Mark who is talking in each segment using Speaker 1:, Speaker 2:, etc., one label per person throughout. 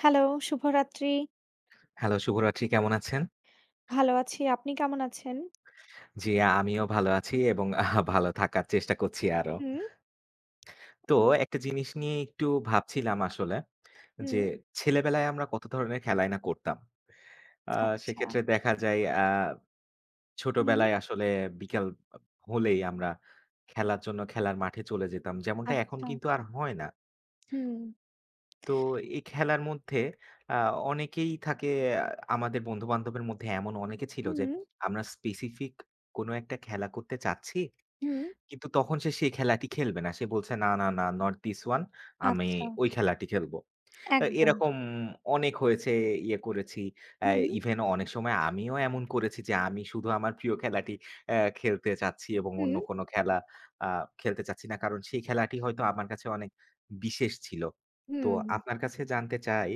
Speaker 1: Hello, শুভরাত্রি।
Speaker 2: Hello, শুভরাত্রি। কেমন আছেন?
Speaker 1: ভালো আছি। আপনি কেমন আছেন?
Speaker 2: জি, আমিও ভালো আছি এবং ভালো থাকার চেষ্টা করছি আরো।
Speaker 1: হুম,
Speaker 2: তো একটা জিনিস নিয়ে একটু ভাবছিলাম আসলে যে,
Speaker 1: হুম।
Speaker 2: ছেলেবেলায় আমরা কত ধরনের খেলাই না করতাম। আ
Speaker 1: আচ্ছা।
Speaker 2: সেক্ষেত্রে দেখা যায়
Speaker 1: হুম,
Speaker 2: ছোটবেলায় আসলে বিকাল আ হলেই আমরা খেলার জন্য খেলার মাঠে চলে যেতাম। যেমনটা এখন
Speaker 1: আচ্ছা।
Speaker 2: কিন্তু আর হয় না।
Speaker 1: হুম,
Speaker 2: তো এই খেলার মধ্যে আ অনেকেই থাকে, আ আমাদের বন্ধু-বান্ধবের মধ্যে এমন অনেকে ছিল যে,
Speaker 1: হুম,
Speaker 2: আমরা স্পেসিফিক কোনো একটা খেলা করতে চাচ্ছি।
Speaker 1: হুম।
Speaker 2: কিন্তু তখন সে সেই খেলাটি খেলবে না। সে বলছে, "না, না, না, not this one, আমি
Speaker 1: আচ্ছা,
Speaker 2: ওই খেলাটি খেলবো।"
Speaker 1: একদম।
Speaker 2: এরকম অনেক হয়েছে, ইয়ে করেছি। আ
Speaker 1: হুম,
Speaker 2: ইভেন অনেক সময় আমিও এমন করেছি যে আমি শুধু আমার প্রিয় খেলাটি খেলতে চাচ্ছি এবং অন্য
Speaker 1: হুম,
Speaker 2: কোনো খেলা আ খেলতে চাচ্ছি না। কারণ সেই খেলাটি হয়তো আমার কাছে অনেক বিশেষ ছিল। তো
Speaker 1: হুম।
Speaker 2: আপনার কাছে জানতে চাই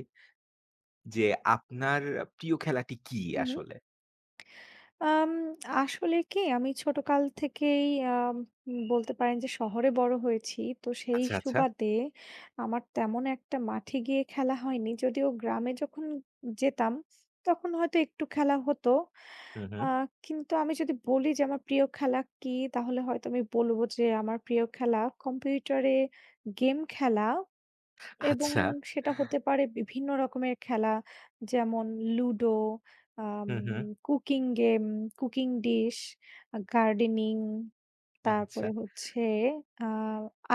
Speaker 2: যে আপনার প্রিয় খেলাটি কি
Speaker 1: হুম।
Speaker 2: আসলে?
Speaker 1: আম আসলে কি আমি ছোটকাল থেকেই আম বলতে পারেন যে শহরে বড় হয়েছি। তো সেই
Speaker 2: আচ্ছা, আচ্ছা।
Speaker 1: সুবাদে আমার তেমন একটা মাঠে গিয়ে খেলা হয়নি। যদিও গ্রামে যখন যেতাম তখন হয়তো একটু খেলা হতো।
Speaker 2: হুম,
Speaker 1: আ
Speaker 2: হুম।
Speaker 1: কিন্তু আমি যদি বলি যে আমার প্রিয় খেলা কি? তাহলে হয়তো আমি বলব যে আমার প্রিয় খেলা কম্পিউটারে গেম খেলা এবং
Speaker 2: আচ্ছা।
Speaker 1: সেটা হতে পারে বিভিন্ন রকমের খেলা যেমন লুডো, আম
Speaker 2: হুম, হুম।
Speaker 1: Cooking game, cooking dish, gardening,
Speaker 2: আচ্ছা।
Speaker 1: তারপরে হচ্ছে আ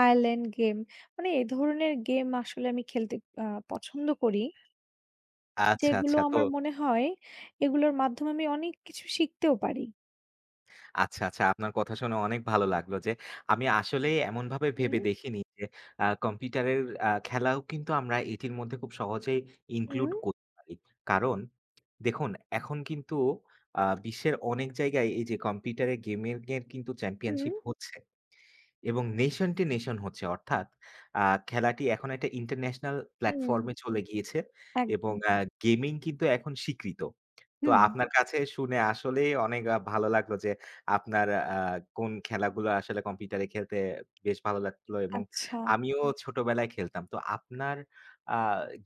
Speaker 1: আইল্যান্ড গেম। মানে এ ধরনের গেম আসলে আমি খেলতে আ পছন্দ করি।
Speaker 2: আচ্ছা,
Speaker 1: যেগুলো
Speaker 2: আচ্ছা। তো
Speaker 1: আমার মনে হয় এগুলোর মাধ্যমে আমি অনেক কিছু শিখতেও পারি।
Speaker 2: আচ্ছা, আচ্ছা। আপনার কথা শুনে অনেক ভালো লাগলো যে আমি আসলেই এমনভাবে ভেবে
Speaker 1: হুম।
Speaker 2: দেখিনি যে কম্পিউটারের খেলাও কিন্তু আমরা এটির মধ্যে খুব সহজেই include
Speaker 1: হুম,
Speaker 2: করতে পারি। কারণ দেখুন এখন কিন্তু বিশ্বের অনেক জায়গায় এই যে কম্পিউটারে গেমিং এর কিন্তু
Speaker 1: হুম,
Speaker 2: চ্যাম্পিয়নশিপ হচ্ছে। এবং নেশনটি নেশন হচ্ছে। অর্থাৎ আ খেলাটি এখন একটা ইন্টারন্যাশনাল
Speaker 1: হুম,
Speaker 2: প্লাটফর্ম এ চলে গিয়েছে এবং
Speaker 1: একদম।
Speaker 2: গেমিং কিন্তু এখন স্বীকৃত। তো
Speaker 1: হুম,
Speaker 2: আপনার কাছে শুনে আসলেই অনেক ভালো লাগলো যে আপনার আ কোন খেলাগুলো আসলে কম্পিউটারে খেলতে বেশ ভালো লাগলো এবং
Speaker 1: আচ্ছা।
Speaker 2: আমিও ছোটবেলায় খেলতাম। তো আপনার আ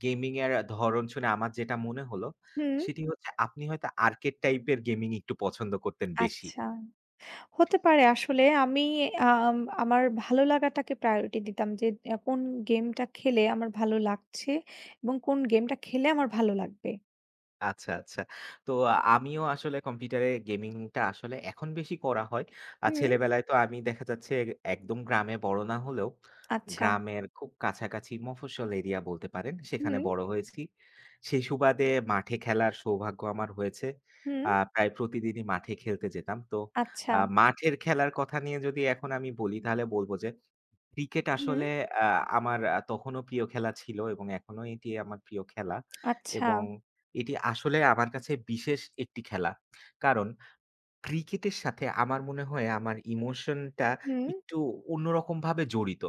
Speaker 2: গেমিং এর ধরন শুনে আমার যেটা মনে হলো,
Speaker 1: হুম,
Speaker 2: সেটি হচ্ছে আপনি হয়তো আর্কেড টাইপের গেমিং একটু পছন্দ করতেন বেশি।
Speaker 1: আচ্ছা। হতে পারে আসলে আমি আম আমার ভালো লাগাটাকে প্রায়োরিটি দিতাম যে কোন গেমটা খেলে আমার ভালো লাগছে এবং কোন গেমটা খেলে আমার ভালো লাগবে।
Speaker 2: আচ্ছা, আচ্ছা। তো আমিও আসলে কম্পিউটারে গেমিংটা আসলে এখন বেশি করা হয়। আর
Speaker 1: হুম,
Speaker 2: ছেলেবেলায় তো আমি দেখা যাচ্ছে একদম গ্রামে বড় না হলেও
Speaker 1: আচ্ছা।
Speaker 2: গ্রামের খুব কাছাকাছি মফস্বল এরিয়া বলতে পারেন। সেখানে
Speaker 1: হুম,
Speaker 2: বড় হয়েছি। সেই সুবাদে মাঠে খেলার সৌভাগ্য আমার হয়েছে।
Speaker 1: হুম,
Speaker 2: প্রায় প্রতিদিনই মাঠে খেলতে যেতাম। তো
Speaker 1: আচ্ছা।
Speaker 2: মাঠের খেলার কথা নিয়ে যদি এখন আমি বলি তাহলে বলব যে ক্রিকেট
Speaker 1: হুম,
Speaker 2: আসলে আ আমার তখনো প্রিয় খেলা ছিল এবং এখনো এটি আমার প্রিয় খেলা
Speaker 1: আচ্ছা।
Speaker 2: এবং এটি আসলে আমার কাছে বিশেষ একটি খেলা। কারণ ক্রিকেটের সাথে আমার মনে হয় আমার ইমোশনটা
Speaker 1: হুম,
Speaker 2: একটু অন্যরকমভাবে জড়িত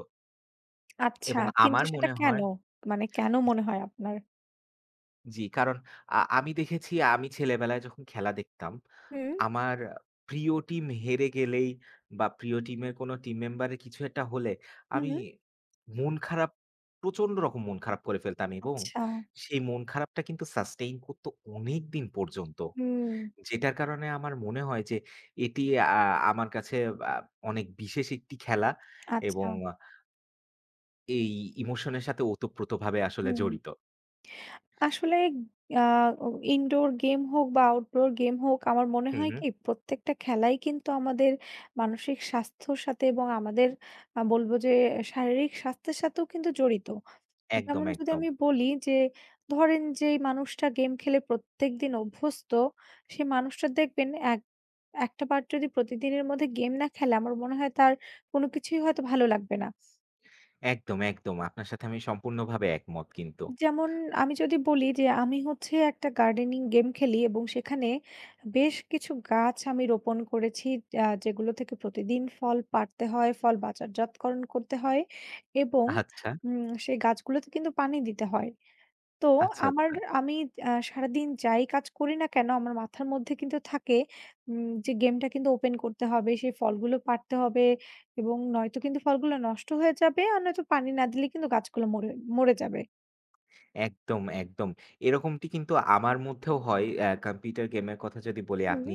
Speaker 1: আচ্ছা।
Speaker 2: এবং
Speaker 1: কিন্তু
Speaker 2: আমার
Speaker 1: সেটা
Speaker 2: মনে
Speaker 1: কেন?
Speaker 2: হয়
Speaker 1: মানে কেন মনে হয় আপনার?
Speaker 2: জি, কারণ আমি দেখেছি আমি ছেলেবেলায় যখন খেলা দেখতাম,
Speaker 1: হুম,
Speaker 2: আমার প্রিয় টিম হেরে গেলেই বা প্রিয় টিমের কোনো টিম মেম্বারের কিছু একটা হলে আমি
Speaker 1: হুম,
Speaker 2: মন খারাপ প্রচন্ড রকম মন খারাপ করে ফেলতাম এবং
Speaker 1: আচ্ছা।
Speaker 2: সেই মন খারাপটা কিন্তু সাস্টেইন করত অনেকদিন পর্যন্ত।
Speaker 1: হুম,
Speaker 2: যেটার কারণে আমার মনে হয় যে এটি আ আমার কাছে আ অনেক বিশেষ একটি খেলা
Speaker 1: আচ্ছা।
Speaker 2: এবং এই ইমোশনের সাথে ওতপ্রোতভাবে আসলে
Speaker 1: হুম।
Speaker 2: জড়িত।
Speaker 1: আসলে আ ইনডোর গেম হোক বা আউটডোর গেম হোক, আমার মনে
Speaker 2: হুম,
Speaker 1: হয়
Speaker 2: হুম।
Speaker 1: কি প্রত্যেকটা খেলাই কিন্তু আমাদের মানসিক স্বাস্থ্যর সাথে এবং আমাদের বলব যে শারীরিক স্বাস্থ্যের সাথেও কিন্তু জড়িত।
Speaker 2: একদম,
Speaker 1: যেমন যদি
Speaker 2: একদম।
Speaker 1: আমি বলি যে ধরেন যেই মানুষটা গেম খেলে প্রত্যেকদিন অভ্যস্ত, সে মানুষটা দেখবেন এক একটা বার যদি প্রতিদিনের মধ্যে গেম না খেলে আমার মনে হয় তার কোনো কিছুই হয়তো ভালো লাগবে না।
Speaker 2: একদম, একদম। আপনার সাথে আমি সম্পূর্ণভাবে একমত কিন্তু।
Speaker 1: যেমন আমি যদি বলি যে আমি হচ্ছে একটা গার্ডেনিং গেম খেলি এবং সেখানে বেশ কিছু গাছ আমি রোপণ করেছি যেগুলো থেকে প্রতিদিন ফল পাড়তে হয় ফল বাজারজাতকরণ করতে হয় এবং
Speaker 2: আচ্ছা,
Speaker 1: সেই গাছগুলোতে কিন্তু পানি দিতে হয় তো
Speaker 2: আচ্ছা,
Speaker 1: আমার
Speaker 2: আচ্ছা।
Speaker 1: আমি সারাদিন যাই কাজ করি না কেন আমার মাথার মধ্যে কিন্তু থাকে যে গেমটা কিন্তু ওপেন করতে হবে সেই ফলগুলো পাড়তে হবে এবং নয়তো কিন্তু ফলগুলো নষ্ট হয়ে যাবে আর নয়তো পানি না দিলে কিন্তু গাছগুলো মরে মরে যাবে।
Speaker 2: একদম, একদম। এরকমটি কিন্তু আমার মধ্যেও হয়। কম্পিউটার গেমের কথা যদি বলি,
Speaker 1: হুম,
Speaker 2: আপনি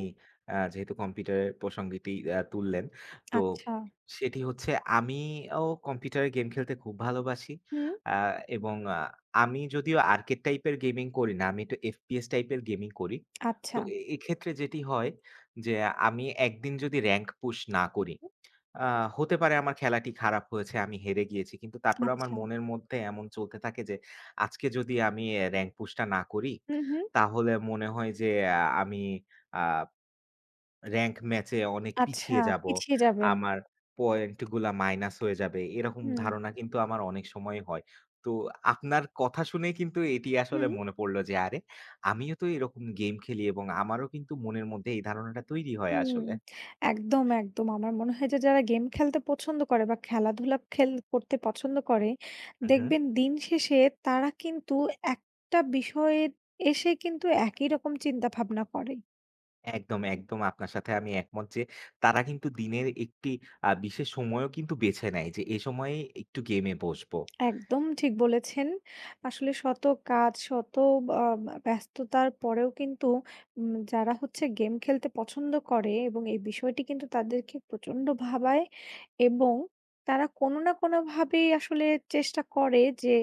Speaker 2: যেহেতু কম্পিউটারের প্রসঙ্গটি তুললেন, তো
Speaker 1: আচ্ছা।
Speaker 2: সেটি হচ্ছে আমিও কম্পিউটারে গেম খেলতে খুব ভালোবাসি।
Speaker 1: হুম,
Speaker 2: আ এবং আমি যদিও আর্কেড টাইপের গেমিং করি না, আমি একটু FPS টাইপের গেমিং করি। তো
Speaker 1: আচ্ছা।
Speaker 2: এক্ষেত্রে যেটি হয় যে, আমি একদিন যদি র‍্যাংক পুশ না
Speaker 1: হু,
Speaker 2: করি
Speaker 1: হু,
Speaker 2: আ হতে পারে আমার খেলাটি খারাপ হয়েছে, আমি হেরে গিয়েছি। কিন্তু তারপরেও আমার
Speaker 1: আচ্ছা।
Speaker 2: মনের মধ্যে এমন চলতে থাকে যে, আজকে যদি আমি র‍্যাংক পুশটা না করি,
Speaker 1: হু, হু,
Speaker 2: তাহলে মনে হয় যে আমি আ র‍্যাংক ম্যাচে অনেক
Speaker 1: আচ্ছা
Speaker 2: পিছিয়ে যাবো।
Speaker 1: পিছিয়ে যাবেন।
Speaker 2: আমার পয়েন্টগুলা মাইনাস হয়ে যাবে। এরকম
Speaker 1: হুম,
Speaker 2: ধারণা কিন্তু আমার অনেক সময়ই হয়। তো আপনার কথা শুনেই কিন্তু এটি আসলে
Speaker 1: হুম,
Speaker 2: মনে পড়ল যে, আরে! আমিও তো এরকম গেম খেলি এবং আমারও কিন্তু মনের মধ্যে এই ধারণাটা তৈরি হয়
Speaker 1: হুম।
Speaker 2: আসলে।
Speaker 1: একদম, একদম। আমার মনে হয় যে যারা গেম খেলতে পছন্দ করে বা খেলাধুলা খেল করতে পছন্দ করে,
Speaker 2: হু, হু।
Speaker 1: দেখবেন দিন শেষে তারা কিন্তু একটা বিষয়ে এসে কিন্তু একই রকম চিন্তা ভাবনা করে।
Speaker 2: একদম, একদম, আপনার সাথে আমি একমত যে তারা কিন্তু দিনের একটি বিশেষ সময়ও কিন্তু বেছে নেয় যে এ সময়ে একটু গেমে বসবো।
Speaker 1: একদম ঠিক বলেছেন। আসলে শত কাজ, শত আ ব্যস্ততার পরেও কিন্তু উম যারা হচ্ছে গেম খেলতে পছন্দ করে এবং এই বিষয়টি কিন্তু তাদেরকে প্রচণ্ড ভাবায় এবং তারা কোনো না কোনোভাবেই আসলে চেষ্টা করে যে,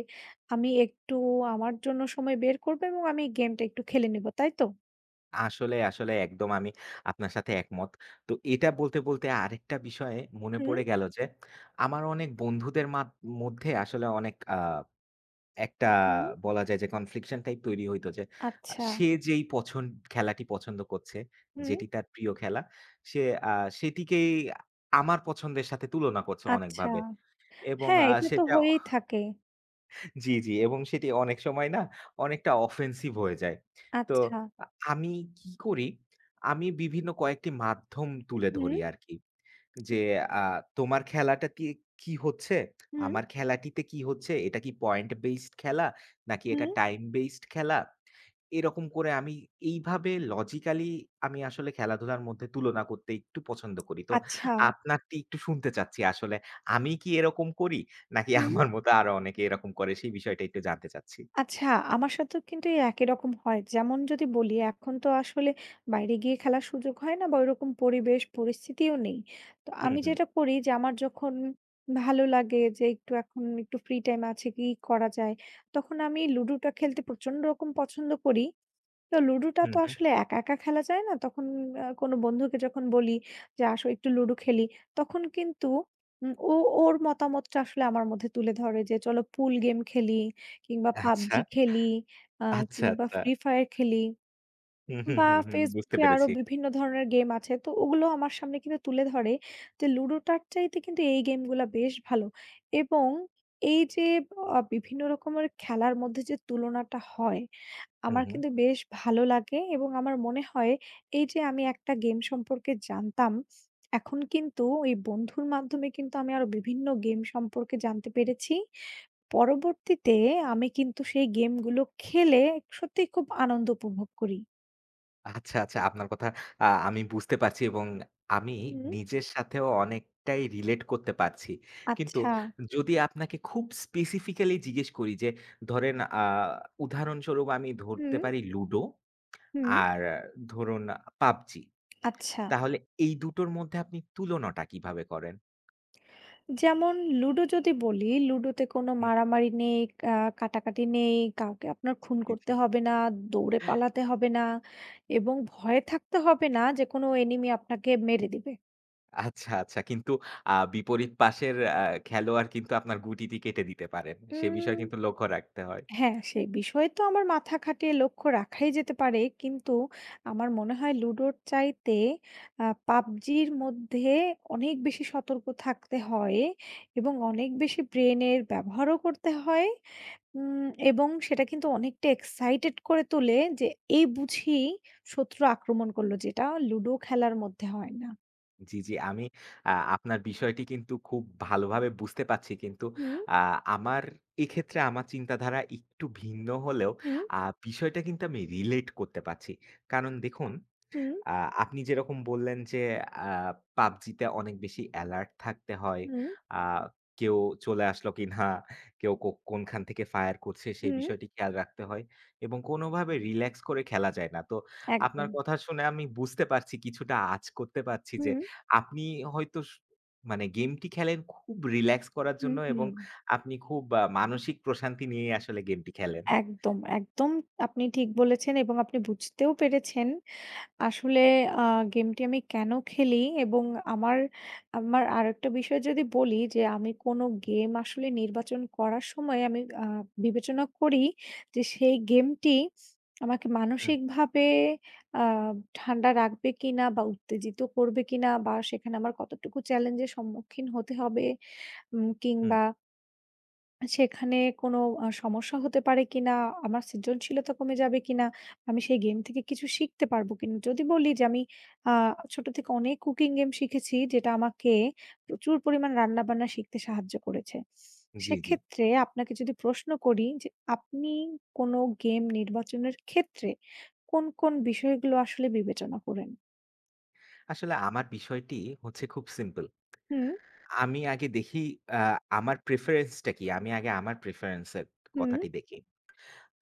Speaker 1: "আমি একটু আমার জন্য সময় বের করব এবং আমি গেমটা একটু খেলে নেব।" তাই তো?
Speaker 2: আসলে, আসলে একদম আমি আপনার সাথে একমত। তো এটা বলতে আরেকটা বিষয়ে মনে
Speaker 1: হুম,
Speaker 2: পড়ে গেল যে আমার অনেক বন্ধুদের মধ্যে আসলে অনেক একটা
Speaker 1: হুম,
Speaker 2: বলা যায় যে কনফ্লিকশন টাইপ তৈরি হইতো যে
Speaker 1: আচ্ছা,
Speaker 2: সে যেই খেলাটি পছন্দ করছে,
Speaker 1: হুম,
Speaker 2: যেটি তার প্রিয় খেলা সে আ সেটিকেই আমার পছন্দের সাথে তুলনা করছে
Speaker 1: আচ্ছা।
Speaker 2: অনেকভাবে। এবং
Speaker 1: হ্যাঁ, এটা তো
Speaker 2: সেটা
Speaker 1: হয়েই থাকে।
Speaker 2: জি, জি এবং সেটি অনেক সময় না অনেকটা অফেন্সিভ হয়ে যায়। তো
Speaker 1: আচ্ছা,
Speaker 2: আ আমি কি করি, আমি বিভিন্ন কয়েকটি মাধ্যম তুলে ধরি
Speaker 1: হুম,
Speaker 2: আরকি। যে আ তোমার খেলাটাতে কি হচ্ছে?
Speaker 1: হুম,
Speaker 2: আমার খেলাটিতে কি হচ্ছে? এটা কি পয়েন্ট বেসড খেলা? নাকি এটা
Speaker 1: হুম,
Speaker 2: টাইম বেসড খেলা? এরকম করে এইভাবে লজিক্যালি আমি আসলে খেলাধুলার মধ্যে তুলনা করতে একটু পছন্দ করি। তো
Speaker 1: আচ্ছা,
Speaker 2: আপনারটি একটু শুনতে চাচ্ছি আসলে আমি কি এরকম করি? নাকি
Speaker 1: হুম।
Speaker 2: আমার মতো আরো অনেকে এরকম করে সেই বিষয়টা একটু জানতে চাচ্ছি।
Speaker 1: আচ্ছা, আমার সাথেও কিন্তু এই একই রকম হয়। যেমন যদি বলি, এখন তো আসলে বাইরে গিয়ে খেলার সুযোগ হয় না বা ওইরকম পরিবেশ পরিস্থিতিও নেই। তো
Speaker 2: হুম,
Speaker 1: আমি
Speaker 2: হুম,
Speaker 1: যেটা করি যে আমার যখন ভালো লাগে যে একটু এখন একটু ফ্রি টাইম আছে, কি করা যায়? তখন আমি লুডোটা খেলতে প্রচন্ড রকম পছন্দ করি। তো লুডোটা
Speaker 2: হুম,
Speaker 1: তো
Speaker 2: হুম।
Speaker 1: আসলে একা, একা খেলা যায় না। তখন কোনো বন্ধুকে যখন বলি যে, "আসো একটু লুডো খেলি।" তখন কিন্তু উম ও ওর মতামতটা আসলে আমার মধ্যে তুলে ধরে যে, "চলো পুল গেম খেলি কিংবা
Speaker 2: আচ্ছা,
Speaker 1: PUBG খেলি আ
Speaker 2: আচ্ছা,
Speaker 1: কিংবা
Speaker 2: আচ্ছা।
Speaker 1: Free Fire খেলি।"
Speaker 2: হুম, হুম,
Speaker 1: বা
Speaker 2: হুম, হুম।
Speaker 1: Facebook
Speaker 2: বুঝতে
Speaker 1: এ আরো
Speaker 2: পেরেছি।
Speaker 1: বিভিন্ন ধরনের গেম আছে। তো ওগুলো আমার সামনে কিন্তু তুলে ধরে যে, "লুডোটার চাইতে কিন্তু এই গেমগুলা বেশ ভালো।" এবং এই যে, বিভিন্ন রকমের খেলার মধ্যে যে, তুলনাটা হয়
Speaker 2: হুম,
Speaker 1: আমার
Speaker 2: হুম।
Speaker 1: কিন্তু বেশ ভালো লাগে এবং আমার মনে হয় এই যে আমি একটা গেম সম্পর্কে জানতাম, এখন কিন্তু এই বন্ধুর মাধ্যমে কিন্তু আমি আরো বিভিন্ন গেম সম্পর্কে জানতে পেরেছি। পরবর্তীতে আমি কিন্তু সেই গেমগুলো খেলে সত্যিই খুব আনন্দ উপভোগ করি।
Speaker 2: আচ্ছা, আচ্ছা। আপনার কথা আমি বুঝতে পারছি এবং আমি
Speaker 1: হুম।
Speaker 2: নিজের সাথেও অনেকটাই রিলেট করতে পারছি। কিন্তু
Speaker 1: আচ্ছা।
Speaker 2: যদি আপনাকে খুব স্পেসিফিক্যালি জিজ্ঞেস করি যে ধরেন উদাহরণস্বরূপ আমি ধরতে
Speaker 1: হুম,
Speaker 2: পারি লুডো
Speaker 1: হুম,
Speaker 2: আর ধরুন পাবজি।
Speaker 1: আচ্ছা।
Speaker 2: তাহলে এই দুটোর মধ্যে আপনি তুলনাটা কিভাবে করেন?
Speaker 1: যেমন লুডো যদি বলি, লুডোতে কোনো
Speaker 2: হুম,
Speaker 1: মারামারি নেই, আ কাটাকাটি নেই, কাউকে আপনার খুন
Speaker 2: জি, জি।
Speaker 1: করতে হবে না, দৌড়ে পালাতে হবে না এবং ভয়ে থাকতে হবে না যে কোনো এনিমি আপনাকে মেরে দিবে।
Speaker 2: আচ্ছা, আচ্ছা। কিন্তু বিপরীত পাশের খেলোয়াড় কিন্তু আপনার গুটিটি কেটে দিতে পারেন। সে বিষয়ে
Speaker 1: উম
Speaker 2: কিন্তু লক্ষ্য রাখতে হয়।
Speaker 1: হ্যাঁ, সেই বিষয়ে তো আমার মাথা খাটিয়ে লক্ষ্য রাখাই যেতে পারে। কিন্তু আমার মনে হয় লুডোর চাইতে পাবজির মধ্যে অনেক বেশি সতর্ক থাকতে হয় এবং অনেক বেশি ব্রেনের ব্যবহারও করতে হয়। উম এবং সেটা কিন্তু অনেকটা এক্সাইটেড করে তোলে যে, এই বুঝি শত্রু আক্রমণ করল, যেটা লুডো খেলার মধ্যে হয় না।
Speaker 2: জি, জি। আমি আপনার বিষয়টি কিন্তু খুব ভালোভাবে বুঝতে পারছি। কিন্তু
Speaker 1: হুম,
Speaker 2: আ আমার এক্ষেত্রে আমার চিন্তাধারা একটু ভিন্ন হলেও
Speaker 1: হুম,
Speaker 2: আ বিষয়টা কিন্তু আমি রিলেট করতে পারছি। কারণ দেখুন
Speaker 1: হুম,
Speaker 2: আ আপনি যেরকম বললেন যে আ পাবজিতে অনেক বেশি অ্যালার্ট থাকতে হয়।
Speaker 1: হুম,
Speaker 2: আ কেউ চলে আসলো কিনা, কেউ কোনখান থেকে ফায়ার করছে সেই
Speaker 1: হুম।
Speaker 2: বিষয়টি খেয়াল রাখতে হয় এবং কোনোভাবে রিল্যাক্স করে খেলা যায় না। তো আপনার
Speaker 1: একদম।
Speaker 2: কথা শুনে আমি বুঝতে পারছি কিছুটা আঁচ করতে পারছি যে
Speaker 1: হুম,
Speaker 2: আপনি হয়তো মানে গেমটি খেলেন খুব রিল্যাক্স করার জন্য
Speaker 1: হুম,
Speaker 2: এবং
Speaker 1: হুম।
Speaker 2: আপনি খুব মানসিক প্রশান্তি নিয়েই আসলে গেমটি খেলেন।
Speaker 1: একদম, একদম আপনি ঠিক বলেছেন এবং আপনি বুঝতেও পেরেছেন। আসলে আ গেমটি আমি কেন খেলি এবং আমার আমার আরেকটা বিষয় যদি বলি যে, আমি কোন গেম আসলে নির্বাচন করার সময় আমি বিবেচনা করি যে, সেই গেমটি আমাকে
Speaker 2: হুম।
Speaker 1: মানসিকভাবে আ ঠান্ডা রাখবে কিনা বা উত্তেজিত করবে কিনা বা সেখানে আমার কতটুকু চ্যালেঞ্জের সম্মুখীন হতে হবে উম
Speaker 2: হুম,
Speaker 1: কিংবা সেখানে কোনো সমস্যা হতে পারে কিনা? আমার সৃজনশীলতা কমে যাবে কিনা? আমি সেই গেম থেকে কিছু শিখতে পারবো কিনা? যদি বলি যে আমি আ ছোট থেকে অনেক কুকিং গেম শিখেছি যেটা আমাকে প্রচুর পরিমাণ রান্নাবান্না শিখতে সাহায্য করেছে।
Speaker 2: জি, জি।
Speaker 1: সেক্ষেত্রে আপনাকে যদি প্রশ্ন করি যে আপনি কোনো গেম নির্বাচনের ক্ষেত্রে কোন, কোন বিষয়গুলো আসলে বিবেচনা করেন?
Speaker 2: আসলে আমার বিষয়টি হচ্ছে খুব সিম্পল।
Speaker 1: হুম,
Speaker 2: আমি আগে দেখি আ আমার প্রেফারেন্স টা কি? আমি আগে আমার প্রেফারেন্স এর
Speaker 1: হুম,
Speaker 2: কথাটি দেখি।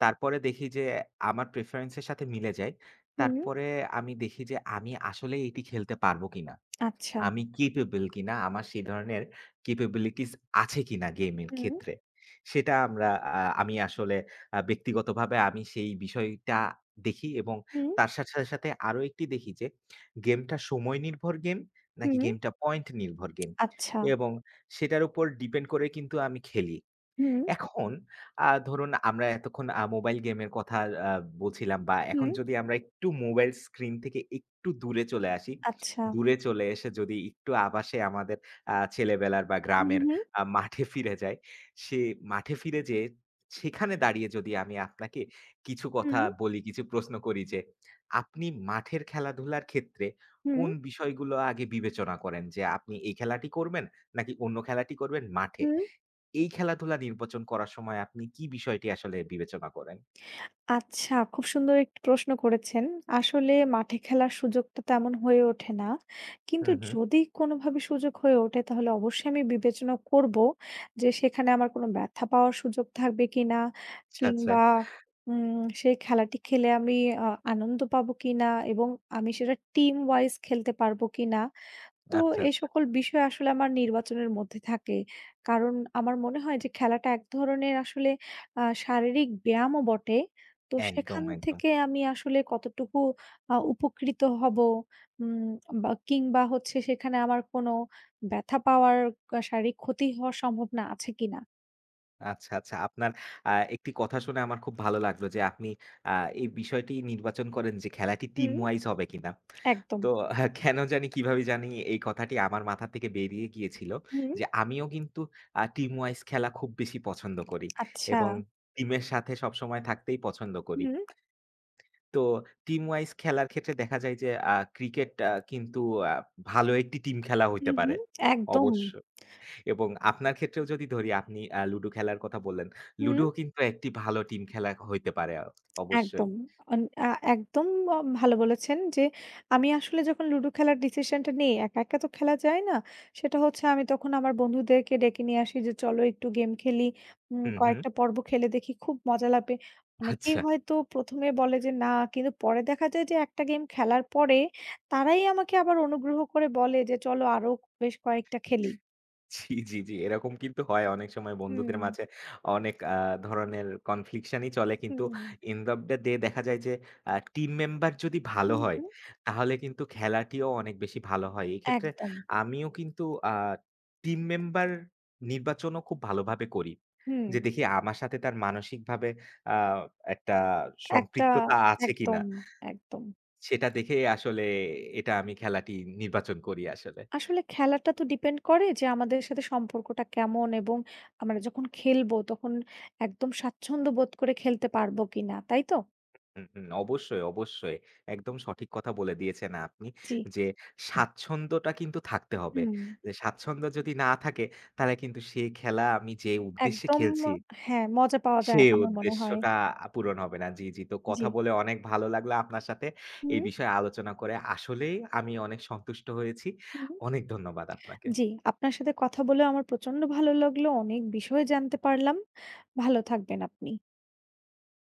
Speaker 2: তারপরে দেখি যে আমার প্রেফারেন্স এর সাথে মিলে যায়।
Speaker 1: হুম,
Speaker 2: তারপরে আমি দেখি যে আমি আসলেই এটি খেলতে পারব কিনা?
Speaker 1: আচ্ছা।
Speaker 2: আমি capable কিনা? আমার সেই ধরনের capabilities আছে কিনা গেমের
Speaker 1: হুম,
Speaker 2: ক্ষেত্রে? সেটা আমরা আ আমি আসলে আ ব্যক্তিগতভাবে আমি সেই বিষয়টা দেখি এবং
Speaker 1: হুম,
Speaker 2: তার সাথে আরো একটি দেখি যে গেমটা সময় নির্ভর গেম নাকি
Speaker 1: হুম,
Speaker 2: গেমটা পয়েন্ট নির্ভর গেম
Speaker 1: আচ্ছা।
Speaker 2: এবং সেটার উপর ডিপেন্ড করে কিন্তু আমি খেলি।
Speaker 1: হুম,
Speaker 2: এখন ধরুন আমরা এতক্ষণ মোবাইল গেমের কথা আ বলছিলাম বা এখন
Speaker 1: হুম,
Speaker 2: যদি আমরা একটু মোবাইল স্ক্রিন থেকে একটু দূরে চলে আসি,
Speaker 1: আচ্ছা।
Speaker 2: দূরে চলে এসে যদি একটু আবাসে আমাদের ছেলেবেলার বা
Speaker 1: হু,
Speaker 2: গ্রামের
Speaker 1: হু।
Speaker 2: মাঠে ফিরে যাই, সে মাঠে ফিরে যেয়ে সেখানে দাঁড়িয়ে যদি আমি আপনাকে কিছু কথা
Speaker 1: হুম,
Speaker 2: বলি, কিছু প্রশ্ন করি যে, আপনি মাঠের খেলাধুলার ক্ষেত্রে
Speaker 1: হুম,
Speaker 2: কোন বিষয়গুলো আগে বিবেচনা করেন যে আপনি এই খেলাটি করবেন নাকি অন্য খেলাটি করবেন মাঠে?
Speaker 1: হুম।
Speaker 2: এই খেলাধুলা নির্বাচন করার সময় আপনি কি বিষয়টি আসলে বিবেচনা করেন?
Speaker 1: আচ্ছা খুব সুন্দর একটি প্রশ্ন করেছেন। আসলে মাঠে খেলার সুযোগটা তেমন হয়ে ওঠে না। কিন্তু
Speaker 2: হুম, হুম।
Speaker 1: যদি কোনোভাবে সুযোগ হয়ে ওঠে তাহলে অবশ্যই আমি বিবেচনা করব যে সেখানে আমার কোনো ব্যথা পাওয়ার সুযোগ থাকবে কিনা?
Speaker 2: আচ্ছা, আচ্ছা।
Speaker 1: কিংবা উম সেই খেলাটি খেলে আমি আনন্দ পাবো কিনা? এবং আমি সেটা টিম ওয়াইজ খেলতে পারবো কিনা? তো
Speaker 2: আচ্ছা,
Speaker 1: এই
Speaker 2: আচ্ছা।
Speaker 1: সকল বিষয় আসলে আমার নির্বাচনের মধ্যে থাকে। কারণ আমার মনে হয় যে খেলাটা এক ধরনের আসলে শারীরিক ব্যায়ামও বটে। তো
Speaker 2: একদম,
Speaker 1: সেখান
Speaker 2: একদম।
Speaker 1: থেকে আমি আসলে কতটুকু উপকৃত হব উম বা কিংবা হচ্ছে সেখানে আমার কোনো ব্যথা পাওয়ার শারীরিক ক্ষতি হওয়ার সম্ভাবনা আছে কিনা?
Speaker 2: আচ্ছা, আচ্ছা। আপনার একটি কথা শুনে আমার খুব ভালো লাগলো যে আপনি আ এই বিষয়টি নির্বাচন করেন যে খেলাটি টিম
Speaker 1: হুম,
Speaker 2: ওয়াইজ হবে কিনা।
Speaker 1: একদম।
Speaker 2: তো হ্যাঁ, কেন জানি কিভাবে জানি এই কথাটি আমার মাথা থেকে বেরিয়ে গিয়েছিল।
Speaker 1: হুম,
Speaker 2: যে আমিও কিন্তু টিম ওয়াইজ খেলা খুব বেশি পছন্দ করি
Speaker 1: আচ্ছা।
Speaker 2: এবং টিমের সাথে সবসময় থাকতেই পছন্দ করি।
Speaker 1: হুম,
Speaker 2: তো টিম ওয়াইজ খেলার ক্ষেত্রে দেখা যায় যে ক্রিকেট কিন্তু আ ভালো একটি টিম খেলা হইতে
Speaker 1: হুম,
Speaker 2: পারে।
Speaker 1: হুম, একদম।
Speaker 2: অবশ্য এবং আপনার ক্ষেত্রেও যদি ধরি আপনি লুডো খেলার কথা বললেন।
Speaker 1: হুম।
Speaker 2: লুডোও কিন্তু একটি ভালো টিম খেলা হইতে পারে অবশ্যই।
Speaker 1: একদম। অন আ একদম ভালো বলেছেন যে, আমি আসলে যখন লুডো খেলার ডিসিশনটা নেই, একা, একা তো খেলা যায় না। সেটা হচ্ছে আমি তখন আমার বন্ধুদেরকে ডেকে নিয়ে আসি যে, "চলো একটু গেম খেলি। উম
Speaker 2: হুম, হুম।
Speaker 1: কয়েকটা পর্ব খেলে দেখি খুব মজা লাগবে।" অনেকেই
Speaker 2: আচ্ছা।
Speaker 1: হয়তো ১ম এ বলে যে, "না।" কিন্তু পরে দেখা যায় যে একটা গেম খেলার পরে তারাই আমাকে আবার অনুগ্রহ করে বলে যে, "চলো আরো বেশ কয়েকটা খেলি।"
Speaker 2: জি, জি, জি। এরকম কিন্তু হয় অনেক সময় বন্ধুদের
Speaker 1: হুম,
Speaker 2: মাঝে অনেক ধরনের কনফ্লিকশন ই চলে। কিন্তু
Speaker 1: হুম।
Speaker 2: এন্ড অফ দ্যা ডে দেখা যায় যে টিম মেম্বার যদি ভালো
Speaker 1: হুম,
Speaker 2: হয়,
Speaker 1: হুম।
Speaker 2: তাহলে কিন্তু খেলাটিও অনেক বেশি ভালো হয়। এক্ষেত্রে
Speaker 1: একদম।
Speaker 2: আমিও কিন্তু আ টিম মেম্বার নির্বাচনও খুব ভালোভাবে করি।
Speaker 1: হুম।
Speaker 2: যে দেখি আমার সাথে তার মানসিকভাবে আ একটা
Speaker 1: একটা
Speaker 2: সম্পৃক্ততা আছে কিনা,
Speaker 1: একদম, একদম।
Speaker 2: সেটা দেখে আসলে আমি খেলাটি নির্বাচন করি আসলে।
Speaker 1: আসলে খেলাটা তো ডিপেন্ড করে যে আমাদের সাথে সম্পর্কটা কেমন এবং আমরা যখন খেলবো তখন একদম স্বাচ্ছন্দ্য বোধ করে খেলতে পারবো কিনা, তাই তো?
Speaker 2: হুম, হুম। অবশ্যই, অবশ্যই। একদম সঠিক কথা বলে দিয়েছেন আপনি
Speaker 1: জি।
Speaker 2: যে স্বাচ্ছন্দ্যটা কিন্তু থাকতে হবে।
Speaker 1: হুম।
Speaker 2: যে স্বাচ্ছন্দ্য যদি না থাকে তাহলে কিন্তু সেই খেলা আমি যে উদ্দেশ্যে
Speaker 1: একদম
Speaker 2: খেলছি
Speaker 1: হ্যাঁ, মজা পাওয়া যায়
Speaker 2: সেই
Speaker 1: না আমার মনে হয়।
Speaker 2: উদ্দেশ্যটা পূরণ হবে না। জি, জি। তো
Speaker 1: জি।
Speaker 2: কথা বলে অনেক ভালো লাগলো আপনার সাথে। এই
Speaker 1: হুম,
Speaker 2: বিষয়ে আলোচনা করে আসলেই আমি অনেক সন্তুষ্ট হয়েছি।
Speaker 1: হুম।
Speaker 2: অনেক ধন্যবাদ আপনাকে।
Speaker 1: জি, আপনার সাথে কথা বলে আমার প্রচন্ড ভালো লাগলো। অনেক বিষয় জানতে পারলাম। ভালো থাকবেন আপনি।